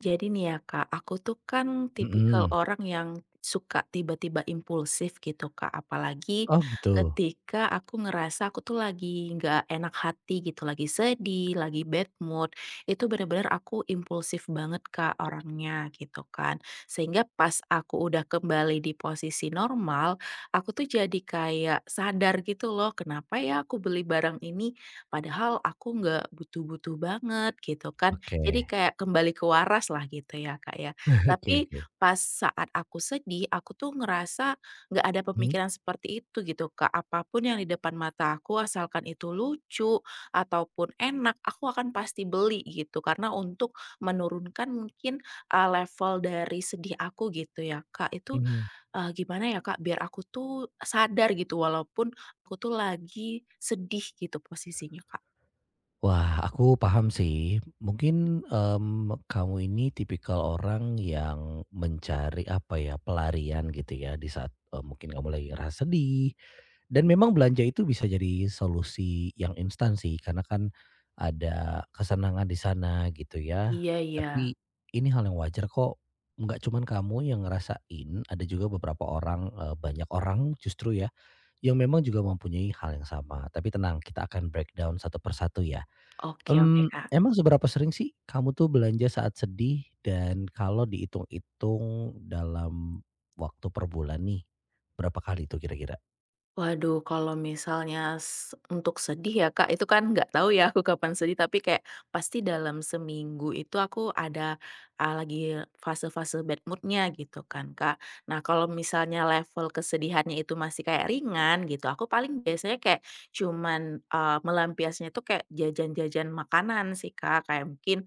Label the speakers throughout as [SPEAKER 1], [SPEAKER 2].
[SPEAKER 1] Jadi nih ya Kak, aku tuh kan tipikal
[SPEAKER 2] Mhm.
[SPEAKER 1] orang yang suka tiba-tiba impulsif gitu Kak, apalagi
[SPEAKER 2] Oh, gitu.
[SPEAKER 1] ketika aku ngerasa aku tuh lagi nggak enak hati gitu, lagi sedih, lagi bad mood, itu bener-bener aku impulsif banget Kak orangnya gitu kan. Sehingga pas aku udah kembali di posisi normal, aku tuh jadi kayak sadar gitu loh, kenapa ya aku beli barang ini padahal aku nggak butuh-butuh banget gitu kan.
[SPEAKER 2] Oke.
[SPEAKER 1] Jadi kayak kembali ke waras lah gitu ya, Kak, ya.
[SPEAKER 2] Oke,
[SPEAKER 1] Tapi
[SPEAKER 2] oke.
[SPEAKER 1] pas saat aku sedih, aku tuh ngerasa nggak ada
[SPEAKER 2] Mhm?
[SPEAKER 1] pemikiran seperti itu gitu, Kak. Apapun yang di depan mata aku asalkan itu lucu ataupun enak, aku akan pasti beli gitu karena untuk menurunkan mungkin, level dari sedih aku gitu ya, Kak. Itu,
[SPEAKER 2] Mhm.
[SPEAKER 1] gimana ya, Kak, biar aku tuh sadar gitu walaupun aku tuh lagi sedih gitu posisinya, Kak?
[SPEAKER 2] Wah, aku paham sih. Mungkin, kamu ini tipikal orang yang mencari, apa ya, pelarian gitu ya di saat, mungkin kamu lagi ngerasa sedih dan memang belanja itu bisa jadi solusi yang instan sih karena kan ada kesenangan di sana gitu ya.
[SPEAKER 1] Iya
[SPEAKER 2] Tapi
[SPEAKER 1] iya.
[SPEAKER 2] ini hal yang wajar kok, nggak cuman kamu yang ngerasain, ada juga beberapa orang, banyak orang justru ya yang memang juga mempunyai hal yang sama, tapi tenang kita akan breakdown satu persatu ya.
[SPEAKER 1] Oke oke,
[SPEAKER 2] Mmm,
[SPEAKER 1] Kak.
[SPEAKER 2] emang seberapa sering sih kamu tuh belanja saat sedih dan kalau dihitung-hitung dalam waktu per bulan nih, berapa kali tuh kira-kira?
[SPEAKER 1] Waduh, kalau misalnya untuk sedih ya, Kak, itu kan nggak tahu ya aku kapan sedih, tapi kayak pasti dalam seminggu itu aku ada, lagi fase-fase bad moodnya gitu kan, Kak. Nah, kalau misalnya level kesedihannya itu masih kayak ringan gitu, aku paling biasanya kayak cuman, melampiasnya itu kayak jajan-jajan makanan sih, Kak. Kayak mungkin,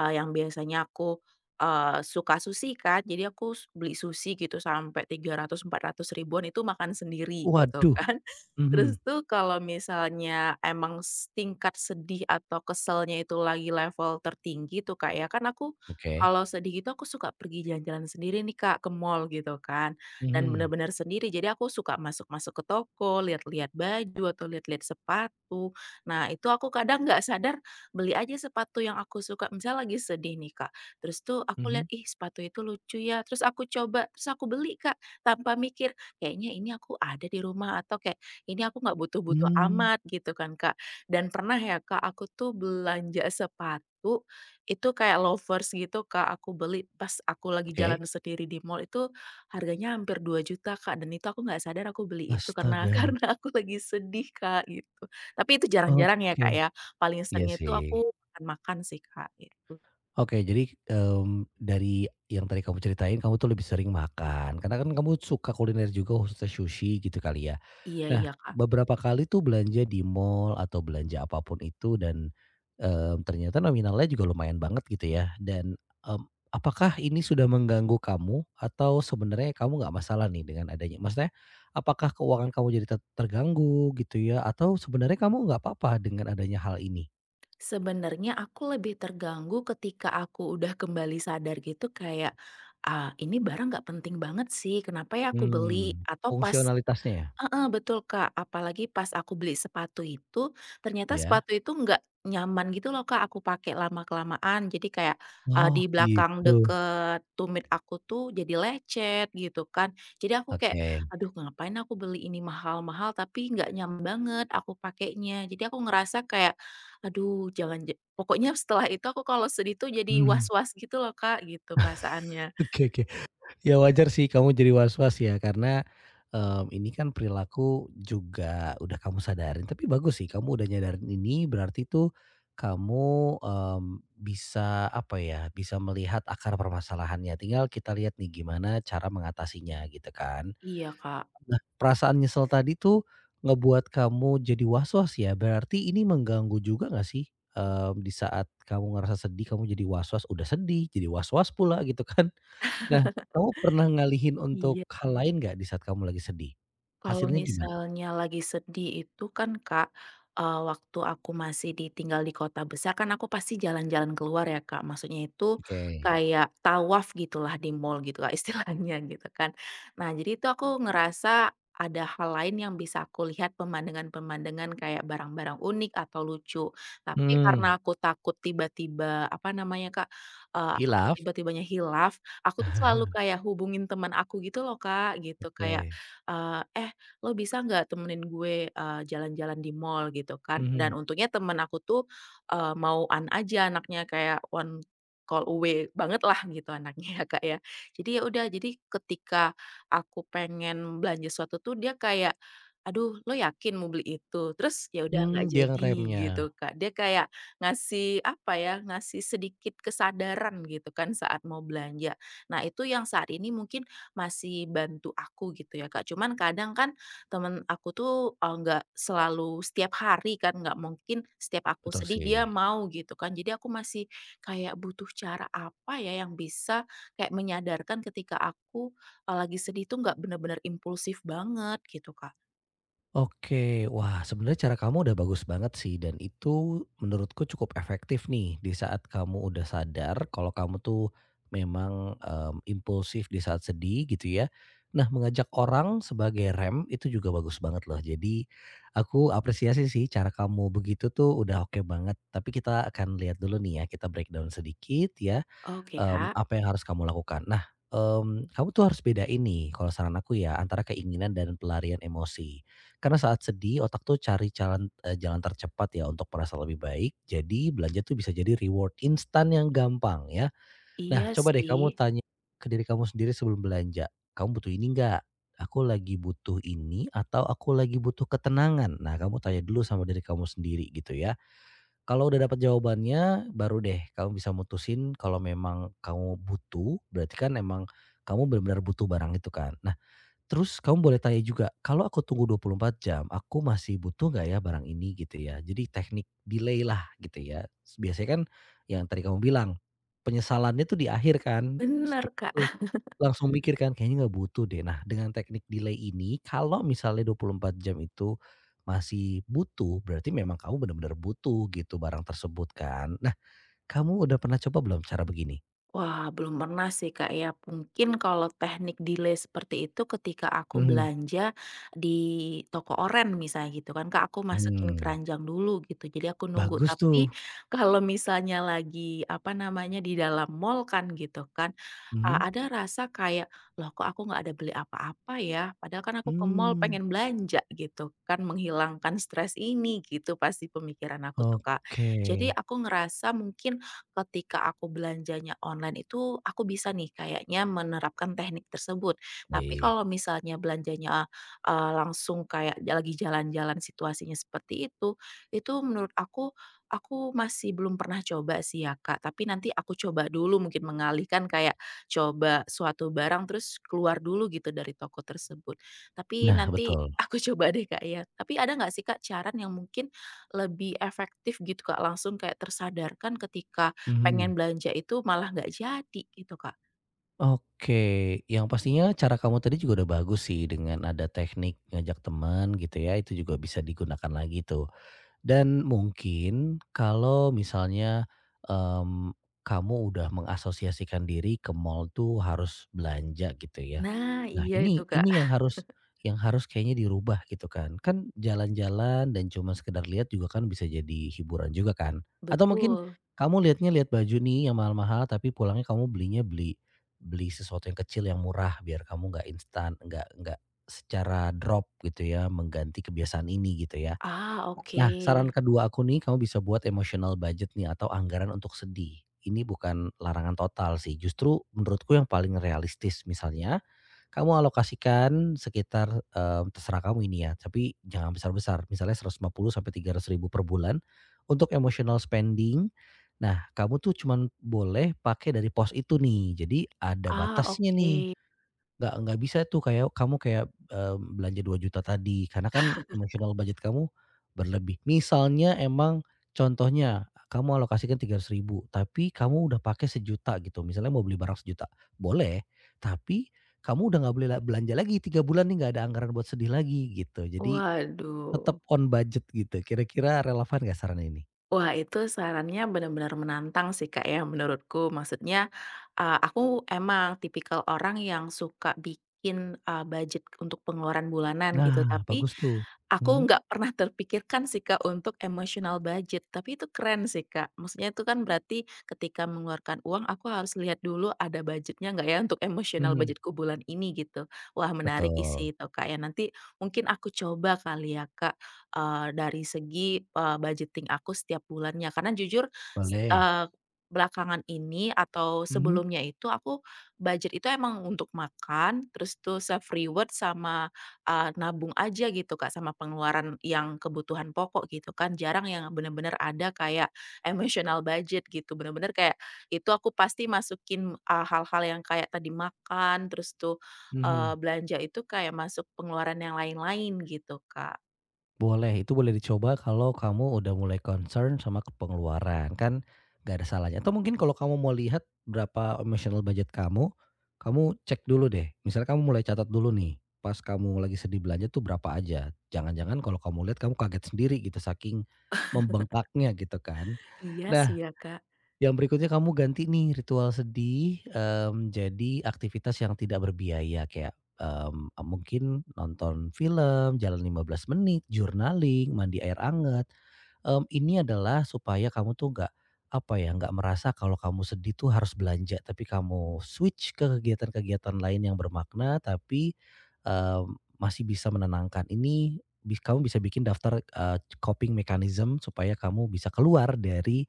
[SPEAKER 1] yang biasanya aku suka sushi kan, jadi aku beli sushi gitu sampai 300 400 ribuan itu makan sendiri gitu
[SPEAKER 2] Waduh.
[SPEAKER 1] kan.
[SPEAKER 2] Mhm.
[SPEAKER 1] Terus tuh kalau misalnya emang tingkat sedih atau keselnya itu lagi level tertinggi tuh, Kak, ya, kan aku
[SPEAKER 2] Oke.
[SPEAKER 1] kalau sedih gitu aku suka pergi jalan-jalan sendiri nih, Kak, ke mall gitu kan dan
[SPEAKER 2] Mhm.
[SPEAKER 1] benar-benar sendiri. Jadi aku suka masuk-masuk ke toko, lihat-lihat baju atau lihat-lihat sepatu. Nah, itu aku kadang nggak sadar beli aja sepatu yang aku suka. Misal lagi sedih nih, Kak, terus tuh aku lihat,
[SPEAKER 2] Mhm.
[SPEAKER 1] ih sepatu itu lucu ya, terus aku coba, terus aku beli Kak, tanpa mikir, kayaknya ini aku ada di rumah atau kayak ini aku nggak butuh-butuh
[SPEAKER 2] Mmm.
[SPEAKER 1] amat gitu kan Kak. Dan pernah ya Kak, aku tuh belanja sepatu, itu kayak lovers gitu Kak, aku beli pas aku lagi jalan
[SPEAKER 2] Oke.
[SPEAKER 1] sendiri di mall itu harganya hampir 2 juta Kak, dan itu aku nggak sadar aku beli itu karena
[SPEAKER 2] Astaga.
[SPEAKER 1] karena aku lagi sedih Kak, gitu. Tapi itu jarang-jarang ya
[SPEAKER 2] Oke.
[SPEAKER 1] Kak ya, paling
[SPEAKER 2] Iya
[SPEAKER 1] sering itu
[SPEAKER 2] sih.
[SPEAKER 1] aku makan-makan sih Kak, itu.
[SPEAKER 2] Oke, jadi, dari yang tadi kamu ceritain, kamu tuh lebih sering makan, karena kan kamu suka kuliner juga, khususnya sushi gitu kali ya.
[SPEAKER 1] Iya
[SPEAKER 2] Nah,
[SPEAKER 1] iya Kak.
[SPEAKER 2] beberapa kali tuh belanja di mall atau belanja apapun itu dan, ternyata nominalnya juga lumayan banget gitu ya dan, mmm, apakah ini sudah mengganggu kamu atau sebenarnya kamu nggak masalah nih dengan adanya maksudnya apakah keuangan kamu jadi ter terganggu gitu ya atau sebenarnya kamu nggak apa-apa dengan adanya hal ini?
[SPEAKER 1] Sebenarnya aku lebih terganggu ketika aku udah kembali sadar gitu kayak, "Ah, ini barang nggak penting banget sih, kenapa ya aku beli?"
[SPEAKER 2] Mmm,
[SPEAKER 1] Atau pas.
[SPEAKER 2] fungsionalitasnya ya?
[SPEAKER 1] Heeh, betul, Kak. Apalagi pas aku beli sepatu itu, ternyata
[SPEAKER 2] Iya.
[SPEAKER 1] sepatu itu nggak nyaman gitu loh, Kak, aku pakai lama-kelamaan. Jadi kayak,
[SPEAKER 2] Oh,
[SPEAKER 1] di belakang
[SPEAKER 2] gitu.
[SPEAKER 1] deket tumit aku tuh jadi lecet gitu kan. Jadi aku kayak,
[SPEAKER 2] Oke.
[SPEAKER 1] "Aduh ngapain aku beli ini mahal-mahal tapi nggak nyaman banget aku pakainya." Jadi aku ngerasa kayak, aduh jangan j pokoknya setelah itu aku kalau sedih tuh jadi
[SPEAKER 2] Mhm.
[SPEAKER 1] was-was gitu loh, Kak, gitu perasaannya.
[SPEAKER 2] Oke, oke. Ya wajar sih kamu jadi was-was ya karena, ini kan perilaku juga udah kamu sadarin, tapi bagus sih kamu udah nyadarin ini berarti tuh kamu, mmm, bisa apa ya, bisa melihat akar permasalahannya. Tinggal kita lihat nih gimana cara mengatasinya gitu kan.
[SPEAKER 1] Iya, Kak.
[SPEAKER 2] Nah, perasaan nyesel tadi tuh ngebuat kamu jadi was-was ya? Berarti ini mengganggu juga nggak sih, di saat kamu ngerasa sedih, kamu jadi was-was, udah sedih, jadi was-was pula gitu kan. Nah, kamu pernah ngalihin untuk
[SPEAKER 1] Iya.
[SPEAKER 2] hal lain nggak di saat kamu lagi sedih?
[SPEAKER 1] Kalau
[SPEAKER 2] Hasilnya gimana?
[SPEAKER 1] misalnya lagi sedih itu kan, Kak, waktu aku masih ditinggal di kota besar kan aku pasti jalan-jalan keluar ya, Kak. Maksudnya itu
[SPEAKER 2] Oke.
[SPEAKER 1] kayak tawaf gitulah di mall gitu kak istilahnya gitu kan. Nah, jadi itu aku ngerasa ada hal lain yang bisa aku lihat pemandangan-pemandangan kayak barang-barang unik atau lucu. Tapi karena
[SPEAKER 2] Mhm,
[SPEAKER 1] aku takut tiba-tiba, apa namanya, Kak, aku
[SPEAKER 2] khilaf?
[SPEAKER 1] tiba-tibanya hilaf, aku tuh selalu kayak hubungin teman aku gitu loh, Kak, gitu kayak,
[SPEAKER 2] Oke.
[SPEAKER 1] eee, "Eh "Lo bisa nggak temenin gue, jalan-jalan di mall?" Gitu kan. Dan
[SPEAKER 2] Mhm.
[SPEAKER 1] untungnya temen aku tuh, mau-an aja anaknya, kayak one call away banget lah gitu anaknya ya, Kak, ya. Jadi ya udah, jadi ketika aku pengen belanja sesuatu tuh dia kayak, "Aduh, lo yakin mau beli itu?" Terus ya udah
[SPEAKER 2] Mmm,
[SPEAKER 1] nggak
[SPEAKER 2] dia
[SPEAKER 1] jadi
[SPEAKER 2] ngeremnya.
[SPEAKER 1] gitu, Kak. Dia kayak ngasih apa ya, ngasih sedikit kesadaran gitu kan saat mau belanja. Nah itu yang saat ini mungkin masih bantu aku gitu ya, Kak. Cuman kadang kan temen aku tuh, nggak selalu setiap hari kan, nggak mungkin setiap aku
[SPEAKER 2] Betul
[SPEAKER 1] sedih dia
[SPEAKER 2] sih.
[SPEAKER 1] mau gitu kan. Jadi aku masih kayak butuh cara apa ya yang bisa kayak menyadarkan ketika aku, lagi sedih tuh nggak bener-bener impulsif banget gitu, Kak.
[SPEAKER 2] Oke, wah sebenarnya cara kamu udah bagus banget sih dan itu menurutku cukup efektif nih di saat kamu udah sadar kalau kamu tuh memang impulsif di saat sedih gitu ya. Nah, mengajak orang sebagai rem itu juga bagus banget loh. Jadi aku apresiasi sih cara kamu begitu tuh udah oke banget. Tapi kita akan lihat dulu nih ya, kita breakdown sedikit ya.
[SPEAKER 1] Oke,
[SPEAKER 2] mmm,
[SPEAKER 1] Kak.
[SPEAKER 2] apa yang harus kamu lakukan. Nah, kamu tuh harus beda ini kalau saran aku ya antara keinginan dan pelarian emosi. Karena saat sedih otak tuh cari jalan, jalan tercepat ya untuk merasa lebih baik. Jadi belanja tuh bisa jadi reward instan yang gampang ya. Nah,
[SPEAKER 1] Iya
[SPEAKER 2] coba deh
[SPEAKER 1] sih,
[SPEAKER 2] kamu tanya ke diri kamu sendiri sebelum belanja, "Kamu butuh ini nggak? Aku lagi butuh ini atau aku lagi butuh ketenangan?" Nah, kamu tanya dulu sama diri kamu sendiri gitu ya. Kalau udah dapat jawabannya, baru deh kamu bisa mutusin kalau memang kamu butuh, berarti kan emang kamu benar-benar butuh barang itu kan. Terus kamu boleh tanya juga, "Kalau aku tunggu 24 jam, aku masih butuh nggak ya barang ini?" Gitu ya. Jadi teknik delay lah gitu ya. Biasanya kan yang tadi kamu bilang, penyesalannya tuh di akhir kan, setelah
[SPEAKER 1] bener,
[SPEAKER 2] itu
[SPEAKER 1] Kak.
[SPEAKER 2] langsung mikir kan, "Kayaknya nggak butuh deh." Nah, dengan teknik delay ini kalau misalnya 24 jam itu masih butuh, berarti memang kamu benar-benar butuh gitu barang tersebut kan. Nah, kamu udah pernah coba belum cara begini?
[SPEAKER 1] Wah, belum pernah sih, Kak, ya. Mungkin kalau teknik delay seperti itu ketika aku
[SPEAKER 2] Mhm.
[SPEAKER 1] belanja di toko oren misalnya gitu kan, Kak, aku masukin
[SPEAKER 2] Hmm.
[SPEAKER 1] keranjang dulu gitu, jadi aku nunggu.
[SPEAKER 2] Bagus tuh.
[SPEAKER 1] Tapi kalau misalnya lagi, apa namanya, di dalam mall kan gitu kan,
[SPEAKER 2] Mhm.
[SPEAKER 1] ada rasa kayak, "Loh kok aku nggak ada beli apa-apa ya? Padahal kan aku ke mall
[SPEAKER 2] Hmm.
[SPEAKER 1] pengen belanja," gitu kan, menghilangkan stres ini gitu pasti pemikiran aku tuh, Kak.
[SPEAKER 2] Oke.
[SPEAKER 1] Jadi aku ngerasa mungkin ketika aku belanjanya online itu aku bisa nih kayaknya menerapkan teknik tersebut. Tapi
[SPEAKER 2] Baik.
[SPEAKER 1] kalau misalnya belanjanya, langsung kayak lagi jalan-jalan situasinya seperti itu menurut aku masih belum pernah coba sih ya, Kak. Tapi nanti aku coba dulu mungkin mengalihkan kayak coba suatu barang terus keluar dulu gitu dari toko tersebut. Tapi
[SPEAKER 2] Nah,
[SPEAKER 1] nanti
[SPEAKER 2] betul.
[SPEAKER 1] aku coba deh, Kak, ya. Tapi ada nggak sih, Kak, cara yang mungkin lebih efektif gitu, Kak, langsung kayak tersadarkan ketika pengen
[SPEAKER 2] Mhm.
[SPEAKER 1] belanja itu malah nggak jadi gitu, Kak.
[SPEAKER 2] Oke. Yang pastinya cara kamu tadi juga udah bagus sih dengan ada teknik ngajak teman gitu ya, itu juga bisa digunakan lagi tuh. Dan mungkin kalau misalnya, mmm, kamu udah mengasosiasikan diri ke mall tuh harus belanja gitu ya.
[SPEAKER 1] Nah,
[SPEAKER 2] Nah,
[SPEAKER 1] iya itu,
[SPEAKER 2] ini
[SPEAKER 1] Kak.
[SPEAKER 2] ini yang harus kayaknya dirubah gitu kan. Kan jalan-jalan dan cuma sekedar lihat juga kan bisa jadi hiburan juga kan. Atau mungkin
[SPEAKER 1] Betul.
[SPEAKER 2] kamu lihatnya lihat baju nih yang mahal-mahal tapi pulangnya kamu belinya beli beli sesuatu yang kecil yang murah biar kamu nggak instan, nggak secara drop gitu ya mengganti kebiasaan ini gitu ya.
[SPEAKER 1] Ah, oke.
[SPEAKER 2] Nah, saran kedua aku nih, kamu bisa buat emotional budget nih atau anggaran untuk sedih. Ini bukan larangan total sih, justru menurutku yang paling realistis. Misalnya, kamu alokasikan sekitar, terserah kamu ini ya, tapi jangan besar-besar. Misalnya 150 sampai 300 ribu per bulan untuk emotional spending. Nah, kamu tuh cuman boleh pakai dari pos itu nih, jadi ada
[SPEAKER 1] Ah,
[SPEAKER 2] batasnya nih.
[SPEAKER 1] oke.
[SPEAKER 2] Nggak bisa tuh kayak kamu kayak, eee, belanja 2 juta tadi, karena kan emosional budget kamu berlebih. Misalnya emang contohnya kamu alokasikan 300 ribu tapi kamu udah pakai 1 juta gitu, misalnya mau beli barang 1 juta boleh, tapi kamu udah nggak boleh la belanja lagi 3 bulan nih nggak ada anggaran buat sedih lagi gitu. Jadi
[SPEAKER 1] Waduh.
[SPEAKER 2] tetap on budget gitu, kira-kira relevan nggak saran ini?
[SPEAKER 1] Wah, itu sarannya benar-benar menantang sih, Kak, ya menurutku. Maksudnya, aku emang tipikal orang yang suka bikin, budget untuk pengeluaran bulanan gitu,
[SPEAKER 2] Nah,
[SPEAKER 1] tapi
[SPEAKER 2] bagus tuh.
[SPEAKER 1] aku
[SPEAKER 2] Mhm,
[SPEAKER 1] nggak pernah terpikirkan sih, Kak, untuk emotional budget, tapi itu keren sih, Kak. Maksudnya itu kan berarti ketika mengeluarkan uang, aku harus lihat dulu ada budgetnya nggak ya untuk emotional
[SPEAKER 2] mhm.
[SPEAKER 1] budgetku bulan ini, gitu. Wah, menarik
[SPEAKER 2] Betul.
[SPEAKER 1] isi itu, Kak, ya. Nanti mungkin aku coba kali ya, Kak, dari segi, budgeting aku setiap bulannya. Karena jujur, s
[SPEAKER 2] Boleh.
[SPEAKER 1] eee, belakangan ini atau
[SPEAKER 2] Mhm,
[SPEAKER 1] sebelumnya itu aku budget itu emang untuk makan, terus tuh self reward sama nabung aja gitu Kak, sama pengeluaran yang kebutuhan pokok gitu kan, jarang yang bener-bener ada kayak emotional budget gitu, bener-bener kayak itu aku pasti masukin, hal-hal yang kayak tadi makan, terus tuh,
[SPEAKER 2] mhm.
[SPEAKER 1] belanja itu kayak masuk pengeluaran yang lain-lain gitu Kak.
[SPEAKER 2] Boleh, itu boleh dicoba kalau kamu udah mulai concern sama ke pengeluaran, kan gak ada salahnya. Atau mungkin kalau kamu mau lihat berapa emotional budget kamu, kamu cek dulu deh. Misalnya kamu mulai catat dulu nih, pas kamu lagi sedih belanja tuh berapa aja. Jangan-jangan kalau kamu lihat kamu kaget sendiri gitu saking membengkaknya gitu kan.
[SPEAKER 1] Iya sih
[SPEAKER 2] Nah,
[SPEAKER 1] ya Kak.
[SPEAKER 2] yang berikutnya kamu ganti nih ritual sedih, jadi aktivitas yang tidak berbiaya kayak, mungkin nonton film, jalan 15 menit, journaling, mandi air anget. Ini adalah supaya kamu tuh nggak, apa ya, nggak merasa kalau kamu sedih tuh harus belanja, tapi kamu switch ke kegiatan-kegiatan lain yang bermakna tapi, masih bisa menenangkan. Ini bis kamu bisa bikin daftar, coping mechanism supaya kamu bisa keluar dari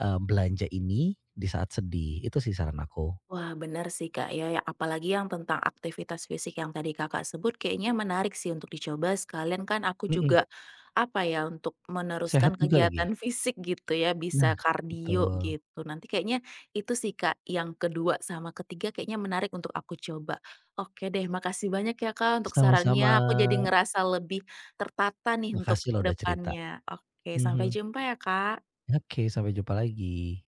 [SPEAKER 2] belanja ini di saat sedih, itu sih saran aku.
[SPEAKER 1] Wah, benar sih, Kak, ya, ya, apalagi yang tentang aktivitas fisik yang tadi Kakak sebut kayaknya menarik sih untuk dicoba, sekalian kan aku
[SPEAKER 2] Mhm.
[SPEAKER 1] juga, apa ya, untuk
[SPEAKER 2] Sehat
[SPEAKER 1] meneruskan
[SPEAKER 2] juga lagi.
[SPEAKER 1] kegiatan fisik gitu ya,
[SPEAKER 2] Nah,
[SPEAKER 1] bisa kardio
[SPEAKER 2] betul.
[SPEAKER 1] gitu. Nanti kayaknya itu sih, Kak, yang kedua sama ketiga kayaknya menarik untuk aku coba. Oke deh, makasih banyak ya, Kak, untuk
[SPEAKER 2] Sama-sama.
[SPEAKER 1] sarannya, aku jadi ngerasa lebih tertata nih untuk
[SPEAKER 2] Makasih loh udah cerita.
[SPEAKER 1] depannya. Oke,
[SPEAKER 2] Mhm.
[SPEAKER 1] sampai jumpa ya, Kak.
[SPEAKER 2] Oke, sampai jumpa lagi.